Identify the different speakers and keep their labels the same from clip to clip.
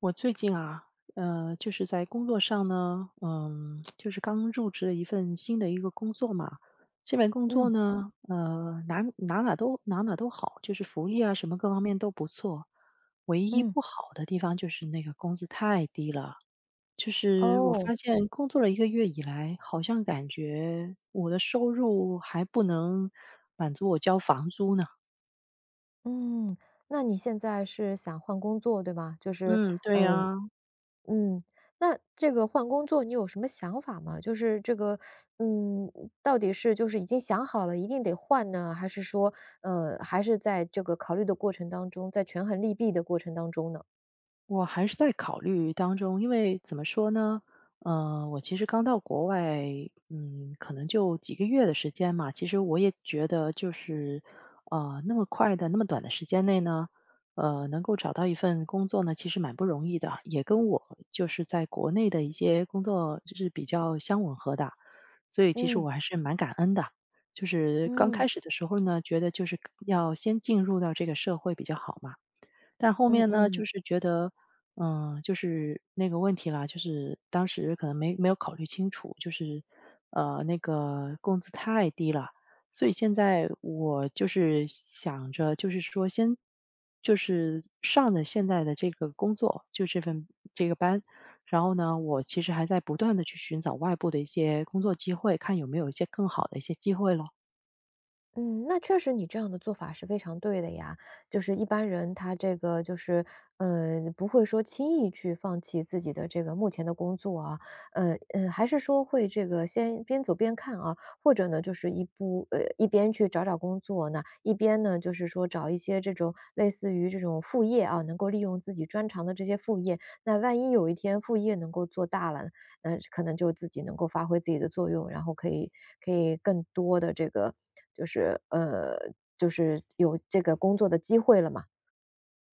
Speaker 1: 我最近啊，就是在工作上呢，嗯，就是刚入职了一份新的一个工作嘛。这份工作
Speaker 2: 嗯
Speaker 1: 呢，哪哪都好，就是福利啊什么各方面都不错。唯一
Speaker 2: 嗯，
Speaker 1: 不好的地方就是那个工资太低了。就是我
Speaker 2: 哦，
Speaker 1: 发现工作了一个月以来，好像感觉我的收入还不能满足我交房租呢。
Speaker 2: 嗯，那你现在是想换工作对吧？就是，
Speaker 1: 嗯，对
Speaker 2: 嗯
Speaker 1: 呀、
Speaker 2: 嗯，那这个换工作你有什么想法吗？就是这个，嗯，到底是就是已经想好了一定得换呢，还是说，还是在这个考虑的过程当中，在权衡利弊的过程当中呢？
Speaker 1: 我还是在考虑当中，因为怎么说呢，我其实刚到国外，嗯，可能就几个月的时间嘛。其实我也觉得，就是那么快的、那么短的时间内呢，能够找到一份工作呢，其实蛮不容易的，也跟我就是在国内的一些工作就是比较相吻合的，所以其实
Speaker 2: 嗯
Speaker 1: 我还是蛮感恩的。就是刚
Speaker 2: 嗯
Speaker 1: 开始的时候呢，觉得就是要先进入到这个社会比较好嘛。但后
Speaker 2: 嗯
Speaker 1: 面呢，就
Speaker 2: 嗯。
Speaker 1: 是觉得，嗯，就是那个问题啦，就是当时可能没有考虑清楚，就是那个工资太低了，所以现在我就是想着，就是说先就是上的现在的这个工作，就这份这个班。然后呢，我其实还在不断的去寻找外部的一些工作机会，看有没有一些更好的一些机会咯。
Speaker 2: 嗯，那确实你这样的做法是非常对的呀。就是一般人他这个就是，不会说轻易去放弃自己的这个目前的工作啊，还是说会这个先边走边看啊，或者呢，一边去找找工作呢，一边呢就是说找一些这种类似于这种副业啊，能够利用自己专长的这些副业。那万一有一天副业能够做大了呢？那可能就自己能够发挥自己的作用，然后可以更多的这个就是呃，就是有这个工作的机会了嘛。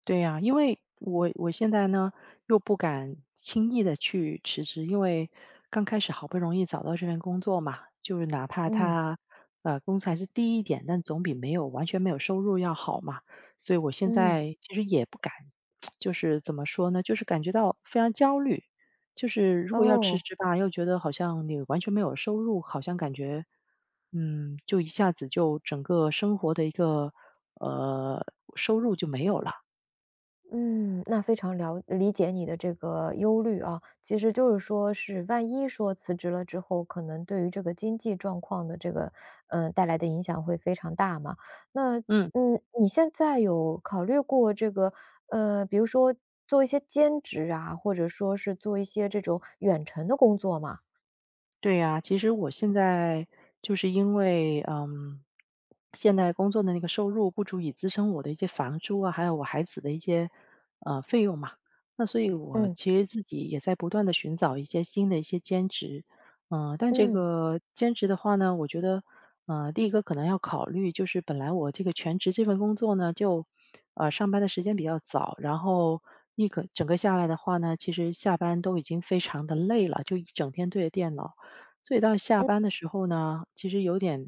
Speaker 1: 对呀，因为我现在呢，又不敢轻易的去辞职。因为刚开始好不容易找到这份工作嘛，就是哪怕
Speaker 2: 嗯。
Speaker 1: 他工资还是低一点，但总比没有完全没有收入要好嘛。所以我现
Speaker 2: 嗯。
Speaker 1: 在其实也不敢，就是怎么说呢，就是感觉到非常焦虑。就是如果要辞
Speaker 2: 哦。
Speaker 1: 职吧，又觉得好像你完全没有收入，好像感觉，嗯，就一下子就整个生活的一个，呃，收入就没有了。
Speaker 2: 嗯，那非常了理解你的这个忧虑啊。其实就是说是万一说辞职了之后，可能对于这个经济状况的这个，带来的影响会非常大嘛。那，
Speaker 1: 嗯。
Speaker 2: 嗯，你现在有考虑过这个，比如说做一些兼职啊，或者说是做一些这种远程的工作吗？
Speaker 1: 对呀，其实我现在就是因为，嗯，现在工作的那个收入不足以支撑我的一些房租啊，还有我孩子的一些费用嘛。那所以，我
Speaker 2: 嗯，
Speaker 1: 其实自己也在不断的寻找一些新的一些兼职，嗯、但这
Speaker 2: 嗯，
Speaker 1: 个兼职的话呢，我觉得，第一个可能要考虑就是本来我这个全职这份工作呢，就上班的时间比较早，然后一个整个下来的话呢，其实下班都已经非常的累了，就一整天对着电脑。所以到下班的时候呢，其实有点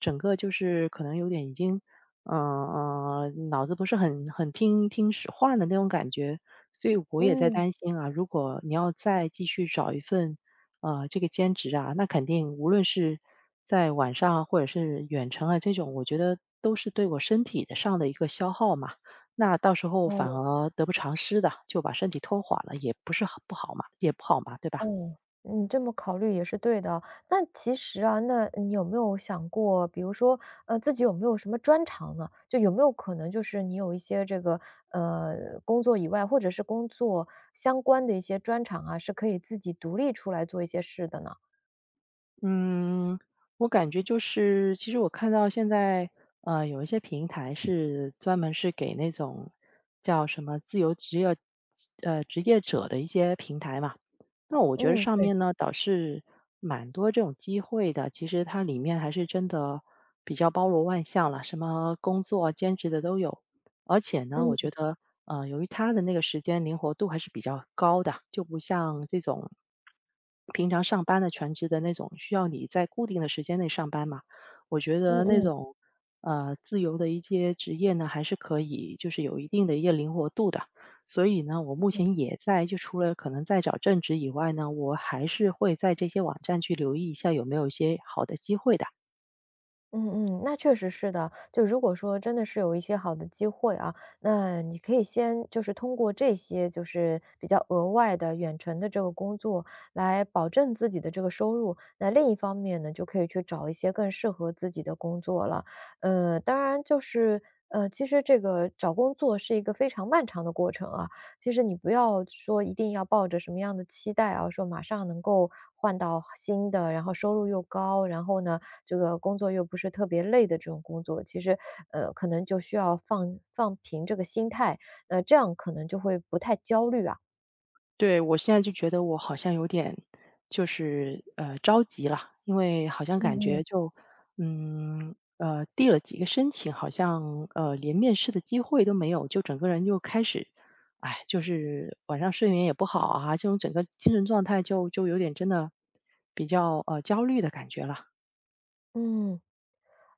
Speaker 1: 整个就是可能有点已经，脑子不是很听使唤的那种感觉。所以我也在
Speaker 2: 嗯，
Speaker 1: 担心啊，如果你要再继续找一份，这个兼职啊，那肯定无论是在晚上啊或者是远程啊这种，我觉得都是对我身体的上的一个消耗嘛。那到时候反
Speaker 2: 哦。
Speaker 1: 而得不偿失的，就把身体拖垮了，也不是很不好嘛，也不好嘛，对吧？
Speaker 2: 哦，你这么考虑也是对的。那其实啊，那你有没有想过，比如说，自己有没有什么专长呢？就有没有可能，就是你有一些这个工作以外，或者是工作相关的一些专长啊，是可以自己独立出来做一些事的呢？
Speaker 1: 嗯，我感觉就是，其实我看到现在，有一些平台是专门是给那种叫什么自由职业，职业者的一些平台嘛。那我觉得
Speaker 2: 嗯，
Speaker 1: 上
Speaker 2: 对，
Speaker 1: 面呢，倒是蛮多这种机会的。其实它里面还是真的比较包罗万象了，什么工作啊、兼职的都有。而且呢，我觉
Speaker 2: 嗯
Speaker 1: 得，由于他的那个时间灵活度还是比较高的，就不像这种平常上班的全职的那种，需要你在固定的时间内上班嘛。我觉
Speaker 2: 嗯
Speaker 1: 得那
Speaker 2: 嗯。
Speaker 1: 种，自由的一些职业呢，还是可以就是有一定的一个灵活度的。所以呢，我目前也在就除了可能在找正职以外呢，我还是会在这些网站去留意一下有没有一些好的机会的。
Speaker 2: 嗯嗯，那确实是的。就如果说真的是有一些好的机会啊，那你可以先就是通过这些就是比较额外的远程的这个工作来保证自己的这个收入。那另一方面呢，就可以去找一些更适合自己的工作了。当然就是其实这个找工作是一个非常漫长的过程啊。其实你不要说一定要抱着什么样的期待啊，说马上能够换到新的，然后收入又高，然后呢，这个工作又不是特别累的这种工作，其实，可能就需要放平这个心态，那这样可能就会不太焦虑啊。
Speaker 1: 对，我现在就觉得我好像有点就是，着急了，因为好像感
Speaker 2: 嗯
Speaker 1: 觉
Speaker 2: 嗯。
Speaker 1: 就，嗯，递了几个申请，好像，连面试的机会都没有，就整个人就开始，哎，就是晚上睡眠也不好啊，这种整个精神状态就有点真的比较，焦虑的感觉了。
Speaker 2: 嗯。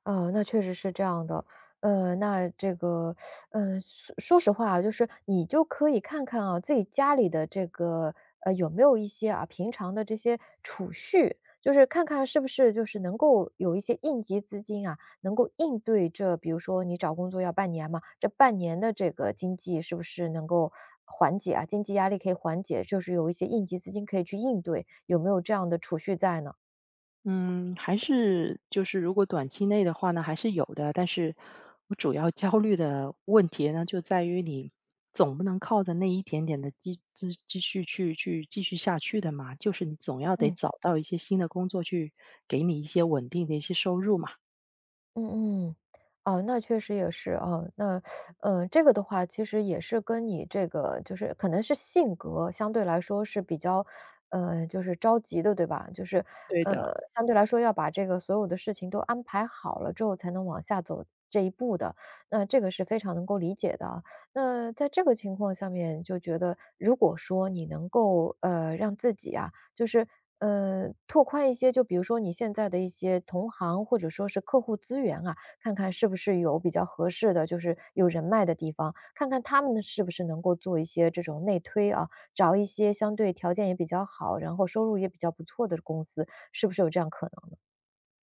Speaker 2: 啊，那确实是这样的。那这个，说实话啊，就是你就可以看看啊，自己家里的这个，有没有一些啊，平常的这些储蓄，就是看看是不是就是能够有一些应急资金啊，能够应对这，比如说你找工作要半年嘛，这半年的这个经济是不是能够缓解啊，经济压力可以缓解，就是有一些应急资金可以去应对，有没有这样的储蓄在呢？
Speaker 1: 嗯，还是就是如果短期内的话呢，还是有的。但是我主要焦虑的问题呢，就在于你总不能靠着那一点点的积蓄去继续下去的嘛，就是你总要得
Speaker 2: 嗯。
Speaker 1: 找到一些新的工作去给你一些稳定的一些收入嘛。
Speaker 2: 嗯嗯，哦，那确实也是哦，那，这个的话其实也是跟你这个就是可能是性格相对来说是比较，就是着急的，对吧？就是，
Speaker 1: 对的。
Speaker 2: 相对来说要把这个所有的事情都安排好了之后才能往下走这一步的，那这个是非常能够理解的啊。那在这个情况下面，就觉得如果说你能够，让自己啊，就是，拓宽一些，就比如说你现在的一些同行或者说是客户资源啊，看看是不是有比较合适的，就是有人脉的地方，看看他们是不是能够做一些这种内推啊，找一些相对条件也比较好，然后收入也比较不错的公司，是不是有这样可能？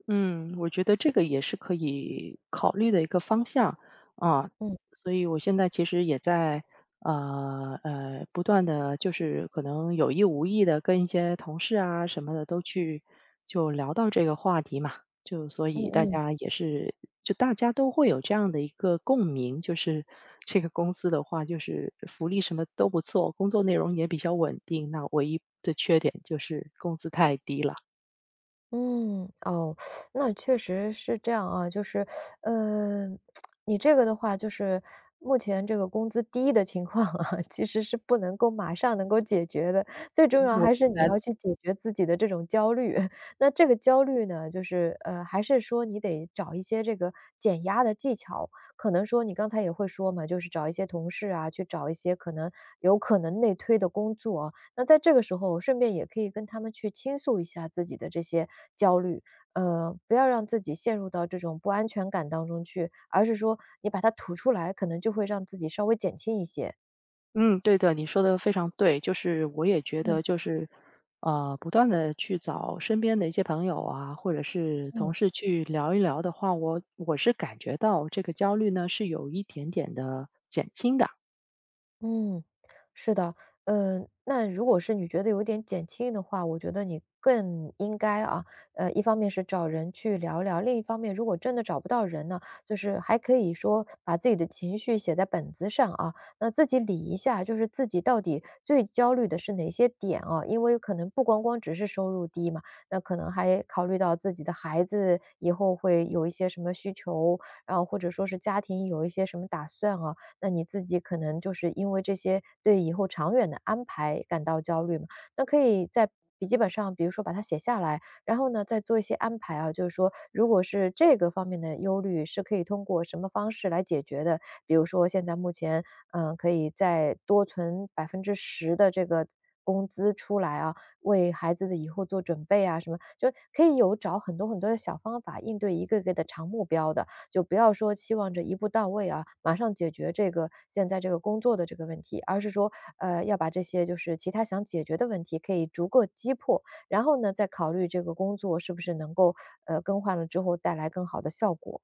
Speaker 1: 嗯，我觉得这个也是可以考虑的一个方向啊。
Speaker 2: 嗯
Speaker 1: 所以我现在其实也在不断的，就是可能有意无意的跟一些同事啊什么的都去就聊到这个话题嘛，就所
Speaker 2: 嗯
Speaker 1: 以大
Speaker 2: 嗯。
Speaker 1: 家也是就大家都会有这样的一个共鸣，就是这个公司的话，就是福利什么都不错，工作内容也比较稳定，那唯一的缺点就是工资太低了。
Speaker 2: 嗯，哦，那确实是这样啊，就是，呃，你这个的话，就是目前这个工资低的情况啊，其实是不能够马上能够解决的。最重
Speaker 1: 嗯
Speaker 2: 要
Speaker 1: 我
Speaker 2: 还
Speaker 1: 明
Speaker 2: 是你嗯
Speaker 1: 白。
Speaker 2: 要去解决自己的这种焦虑。那这个焦虑呢，就是还是说你得找一些这个减压的技巧。可能说你刚才也会说嘛，就是找一些同事啊，去找一些可能有可能内推的工作啊。那在这个时候，顺便也可以跟他们去倾诉一下自己的这些焦虑，不要让自己陷入到这种不安全感当中去，而是说你把它吐出来，可能就会让自己稍微减轻一些。
Speaker 1: 嗯，对的，你说的非常对。就是我也觉
Speaker 2: 嗯
Speaker 1: 得就是，不断的去找身边的一些朋友啊，或者是同
Speaker 2: 嗯。
Speaker 1: 事去聊一聊的话，我是感觉到这个焦虑呢，是有一点点的减轻的。
Speaker 2: 嗯，是的，那如果是你觉得有点减轻的话，我觉得你更应该啊，一方面是找人去聊聊，另一方面，如果真的找不到人呢，就是还可以说把自己的情绪写在本子上啊，那自己理一下，就是自己到底最焦虑的是哪些点啊？因为可能不光光只是收入低嘛，那可能还考虑到自己的孩子以后会有一些什么需求，然后或者说是家庭有一些什么打算啊，那你自己可能就是因为这些对以后长远的安排感到焦虑嘛。那可以在笔记本上，比如说把它写下来，然后呢再做一些安排啊，就是说如果是这个方面的忧虑是可以通过什么方式来解决的，比如说现在目前，嗯，可以再多存10%的这个工资出来啊，为孩子的以后做准备啊，什么就可以有找很多很多的小方法应对一个个的长目标的。就不要说期望着一步到位啊，马上解决这个现在这个工作的这个问题，而是说，要把这些就是其他想解决的问题可以逐个击破，然后呢，再考虑这个工作是不是能够更换了之后带来更好的效果。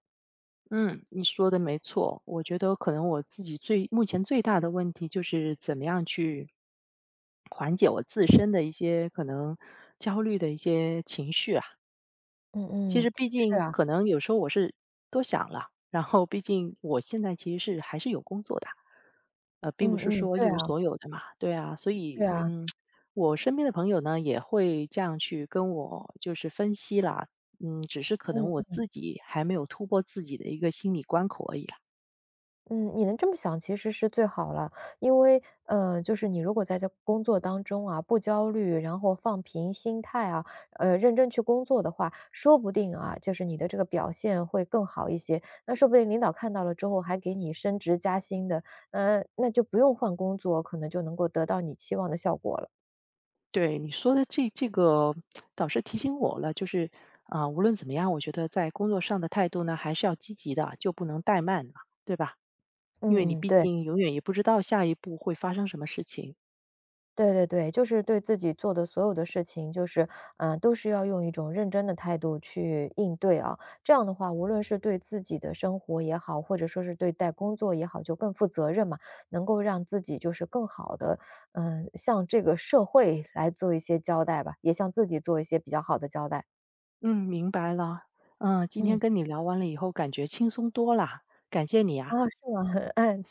Speaker 1: 嗯，你说的没错，我觉得可能我自己最目前最大的问题就是怎么样去缓解我自身的一些可能焦虑的一些情绪啊。
Speaker 2: 嗯
Speaker 1: 其
Speaker 2: 嗯，
Speaker 1: 实毕
Speaker 2: 是
Speaker 1: 竟
Speaker 2: 啊，
Speaker 1: 可能有时候我是多想了，然后毕竟我现在其实是还是有工作的，并不
Speaker 2: 嗯
Speaker 1: 是
Speaker 2: 嗯，
Speaker 1: 说一
Speaker 2: 对
Speaker 1: 无
Speaker 2: 啊，
Speaker 1: 所有的嘛，对啊，所以
Speaker 2: 对啊，
Speaker 1: 嗯，我身边的朋友呢也会这样去跟我就是分析啦，嗯，只是可能我
Speaker 2: 嗯。
Speaker 1: 自己还没有突破自己的一个心理关口而已啦。
Speaker 2: 嗯，你能这么想其实是最好了，因为，就是你如果在这工作当中啊，不焦虑，然后放平心态啊，认真去工作的话，说不定啊，就是你的这个表现会更好一些。那说不定领导看到了之后还给你升职加薪的，那就不用换工作，可能就能够得到你期望的效果了。
Speaker 1: 对你说的这个导师提醒我了，就是啊、无论怎么样，我觉得在工作上的态度呢还是要积极的，就不能怠慢嘛，对吧？因为你
Speaker 2: 嗯嗯，
Speaker 1: 毕
Speaker 2: 对。
Speaker 1: 竟永远也不知道下一步会发生什么事情。
Speaker 2: 对对对，就是对自己做的所有的事情，就是，嗯，都是要用一种认真的态度去应对啊。这样的话，无论是对自己的生活也好，或者说是对待工作也好，就更负责任嘛，能够让自己就是更好的，嗯，向这个社会来做一些交代吧，也向自己做一些比较好的交代。
Speaker 1: 嗯，明白了。嗯，今天
Speaker 2: 嗯，
Speaker 1: 跟你聊完了以后，感觉轻松多啦，感谢你
Speaker 2: 啊，
Speaker 1: 啊。
Speaker 2: 是吗？嗯，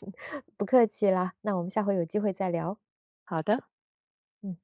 Speaker 2: 不客气啦，那我们下回有机会再聊。
Speaker 1: 好的。
Speaker 2: 嗯。